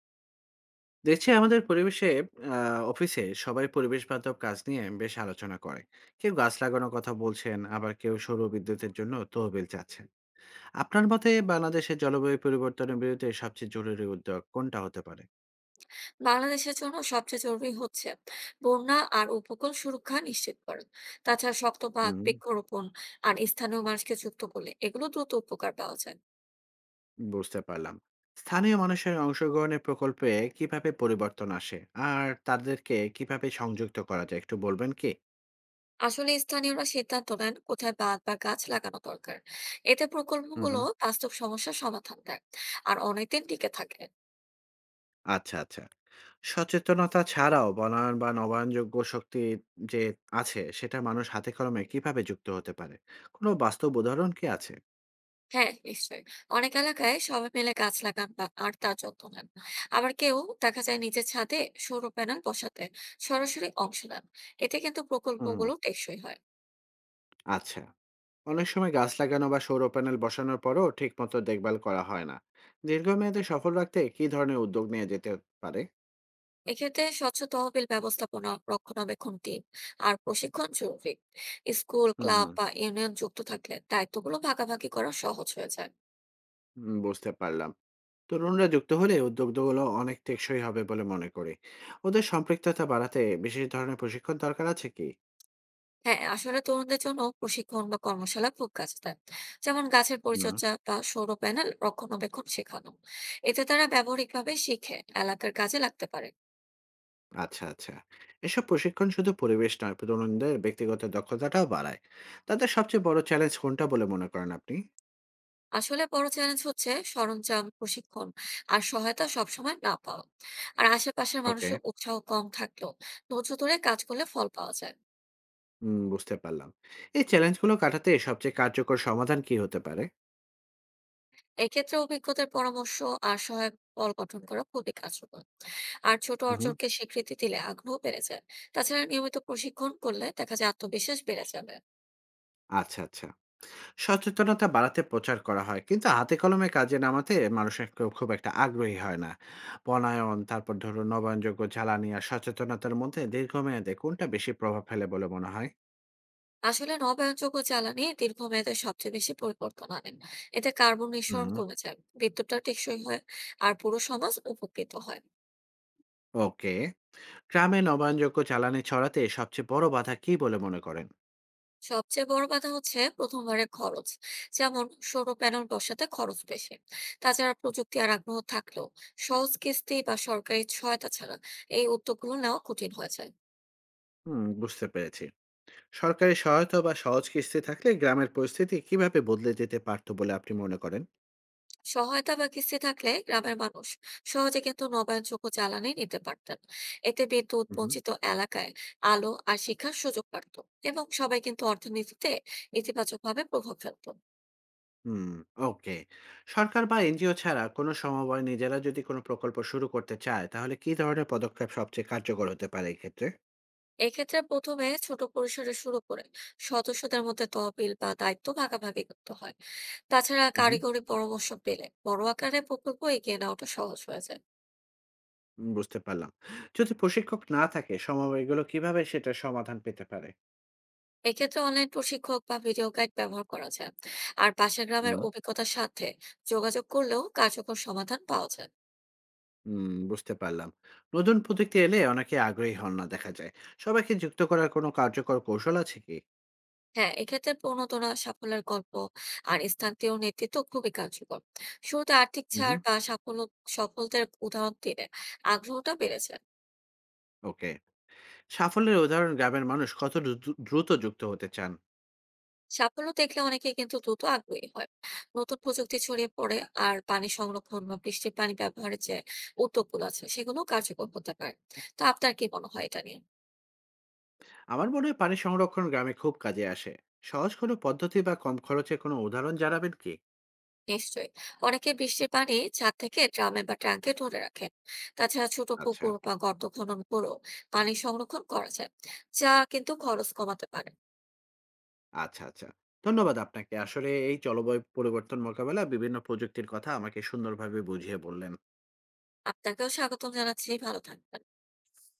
দেখছি আমাদের পরিবেশে অফিসে সবাই পরিবেশ বান্ধব কাজ নিয়ে বেশ আলোচনা করে। কেউ গাছ লাগানোর কথা বলছেন, আবার কেউ সৌর বিদ্যুতের জন্য তহবিল চাচ্ছেন। আপনার মতে বাংলাদেশের জলবায়ু পরিবর্তনের বিরুদ্ধে সবচেয়ে জরুরি উদ্যোগ কোনটা হতে পারে? বাংলাদেশের জন্য সবচেয়ে জরুরি হচ্ছে বন্যা আর উপকূল সুরক্ষা নিশ্চিত করা। তাছাড়া শক্ত বাঁধ, হুম। বৃক্ষরোপণ আর স্থানীয় মানুষকে যুক্ত করলে এগুলো দ্রুত উপকার পাওয়া যায়। বুঝতে পারলাম। স্থানীয় মানুষের অংশগ্রহণের প্রকল্পে কিভাবে পরিবর্তন আসে আর তাদেরকে কিভাবে সংযুক্ত করা যায় একটু বলবেন কি? আসলে স্থানীয়রা সিদ্ধান্ত নেন কোথায় বাঁধ বা গাছ লাগানো দরকার। এতে হুম। প্রকল্পগুলো বাস্তব সমস্যার সমাধান দেয় আর অনেকদিন টিকে থাকে। আচ্ছা, আচ্ছা। সচেতনতা ছাড়াও বনায়ন বা নবায়নযোগ্য শক্তি যে আছে সেটা মানুষ হাতে কলমে কিভাবে যুক্ত হতে পারে? কোনো বাস্তব উদাহরণ কি আছে? হ্যাঁ, নিশ্চয়ই। অনেক এলাকায় সবাই মিলে গাছ লাগান বা আর তার যত্ন নেন। আবার কেউ দেখা যায় নিজের ছাদে সৌর প্যানেল বসাতে সরাসরি অংশ নেন। এতে কিন্তু হুম। প্রকল্পগুলো টেকসই হয়। আচ্ছা। অনেক সময় গাছ লাগানো বা সৌর প্যানেল বসানোর পরও ঠিকমতো দেখভাল করা হয় না। দীর্ঘমেয়াদে সফল রাখতে কি ধরনের উদ্যোগ নিয়ে যেতে পারে? এক্ষেত্রে স্বচ্ছ তহবিল ব্যবস্থাপনা, রক্ষণাবেক্ষণ টিম আর প্রশিক্ষণ জরুরি। স্কুল, হুম, ক্লাব হুম। বা ইউনিয়ন যুক্ত থাকলে দায়িত্বগুলো ভাগাভাগি করা সহজ হয়ে যায়। হুম, বুঝতে পারলাম। তরুণরা যুক্ত হলে উদ্যোগগুলো অনেক টেকসই হবে বলে মনে করি। ওদের সম্পৃক্ততা বাড়াতে বিশেষ ধরনের প্রশিক্ষণ দরকার আছে কি? হ্যাঁ, আসলে তরুণদের জন্য প্রশিক্ষণ বা কর্মশালা খুব কাজে দেয়। যেমন গাছের হুম। পরিচর্যা বা সৌর প্যানেল রক্ষণাবেক্ষণ শেখানো। এতে তারা ব্যবহারিকভাবে শিখে এলাকার কাজে লাগতে পারে। আচ্ছা, আচ্ছা। এসব প্রশিক্ষণ শুধু পরিবেশ নয়, তরুণদের ব্যক্তিগত দক্ষতাটাও বাড়ায়। তাদের সবচেয়ে বড় চ্যালেঞ্জ কোনটা বলে মনে করেন আপনি? আসলে বড় চ্যালেঞ্জ হচ্ছে সরঞ্জাম, প্রশিক্ষণ আর সহায়তা সবসময় না পাওয়া। আর আশেপাশের ওকে। মানুষের উৎসাহ কম থাকলেও ধৈর্য ধরে কাজ করলে ফল পাওয়া যায়। হুম, বুঝতে পারলাম। এই চ্যালেঞ্জগুলো কাটাতে সবচেয়ে কার্যকর সমাধান কি হতে পারে? এক্ষেত্রে অভিজ্ঞতার পরামর্শ আর সহায়ক দল গঠন করা খুবই কার্যকর। আর ছোট উহু। অর্জনকে স্বীকৃতি দিলে আগ্রহ বেড়ে যায়। তাছাড়া নিয়মিত প্রশিক্ষণ করলে দেখা যায় আত্মবিশ্বাস বেড়ে যাবে। আচ্ছা, আচ্ছা। সচেতনতা বাড়াতে প্রচার করা হয়, কিন্তু হাতে কলমে কাজে নামাতে মানুষের কেউ খুব একটা আগ্রহী হয় না। বনায়ন, তারপর ধরুন নবায়নযোগ্য জ্বালানি আর সচেতনতার মধ্যে দীর্ঘমেয়াদে কোনটা বেশি প্রভাব ফেলে বলে মনে হয়? আসলে নবায়নযোগ্য জ্বালানি দীর্ঘমেয়াদে সবচেয়ে বেশি পরিবর্তন আনে। এতে কার্বন নিঃসরণ হুম, কমে যায়, বিদ্যুৎটা টেকসই হয় আর পুরো সমাজ উপকৃত হয়। ওকে। গ্রামে নবায়নযোগ্য জ্বালানি ছড়াতে সবচেয়ে বড় বাধা কী বলে মনে করেন? সবচেয়ে বড় বাধা হচ্ছে প্রথমবারে খরচ। যেমন সৌর প্যানেল বসাতে খরচ বেশি। তাছাড়া প্রযুক্তি আর আগ্রহ থাকলেও সহজ কিস্তি বা সরকারি সহায়তা ছাড়া এই উদ্যোগগুলো নেওয়া কঠিন হয়ে যায়। হুম, বুঝতে পেরেছি। সরকারি সহায়তা বা সহজ কিস্তি থাকলে গ্রামের পরিস্থিতি কিভাবে বদলে যেতে পারত বলে আপনি মনে করেন? সহায়তা বা কিস্তি থাকলে গ্রামের মানুষ সহজে কিন্তু নবায়নযোগ্য জ্বালানি নিতে পারতেন। এতে বিদ্যুৎ হু, হু। বঞ্চিত এলাকায় আলো আর শিক্ষার সুযোগ বাড়তো, এবং সবাই কিন্তু অর্থনীতিতে ইতিবাচকভাবে প্রভাব ফেলতো। হুম, ওকে। সরকার বা এনজিও ছাড়া কোনো সমবায় নিজেরা যদি কোনো প্রকল্প শুরু করতে চায়, তাহলে কী ধরনের পদক্ষেপ সবচেয়ে কার্যকর হতে পারে এক্ষেত্রে? এক্ষেত্রে প্রথমে ছোট পরিসরে শুরু করে সদস্যদের মধ্যে তহবিল বা দায়িত্ব ভাগাভাগি করতে হয়। তাছাড়া হু, হু। কারিগরি পরামর্শ পেলে বড় আকারে প্রকল্প এগিয়ে নেওয়াটা সহজ হয়ে যায়। বুঝতে পারলাম। যদি প্রশিক্ষক না থাকে, সমবায়গুলো কিভাবে সেটার সমাধান পেতে পারে? এক্ষেত্রে অনলাইন প্রশিক্ষক বা ভিডিও গাইড ব্যবহার করা যায়। আর পাশের গ্রামের হুম। অভিজ্ঞতার সাথে যোগাযোগ করলেও কার্যকর সমাধান পাওয়া যায়। হুম, বুঝতে পারলাম। নতুন প্রযুক্তি এলে অনেকে আগ্রহী হন না দেখা যায়। সবাইকে যুক্ত করার কোনো কার্যকর কৌশল আছে কি? হ্যাঁ, এক্ষেত্রে প্রণোদনা, সাফল্যের গল্প আর স্থানীয় নেতৃত্ব খুবই কার্যকর। শুরুতে আর্থিক হুম। ছাড় বা সাফল্য, সফলদের উদাহরণ দিলে আগ্রহটা বেড়েছে। ওকে। সাফল্যের উদাহরণ গ্রামের মানুষ কত দ্রুত যুক্ত হতে চান? সাফল্য দেখলে অনেকে কিন্তু দ্রুত আগ্রহী হয়, নতুন প্রযুক্তি ছড়িয়ে পড়ে। আর পানি সংরক্ষণ বা বৃষ্টির পানি ব্যবহারের যে উদ্যোগগুলো আছে সেগুলো কার্যকর হতে পারে। তো আপনার কি মনে হয় এটা নিয়ে? আমার মনে হয় পানি সংরক্ষণ গ্রামে খুব কাজে আসে। সহজ কোনো পদ্ধতি বা কম খরচে কোনো উদাহরণ জানাবেন কি? নিশ্চয়ই। অনেকে বৃষ্টির পানি ছাদ থেকে ড্রামে বা ট্যাঙ্কে ধরে রাখেন। তাছাড়া ছোট আচ্ছা, পুকুর বা গর্ত খনন করেও পানি সংরক্ষণ করা যায়, যা কিন্তু খরচ কমাতে পারে। আচ্ছা, আচ্ছা। ধন্যবাদ আপনাকে। আসলে এই জলবায়ু পরিবর্তন মোকাবেলা বিভিন্ন প্রযুক্তির কথা আমাকে সুন্দরভাবে বুঝিয়ে বললেন। আপনাকেও স্বাগতম জানাচ্ছি, ভালো থাকবেন।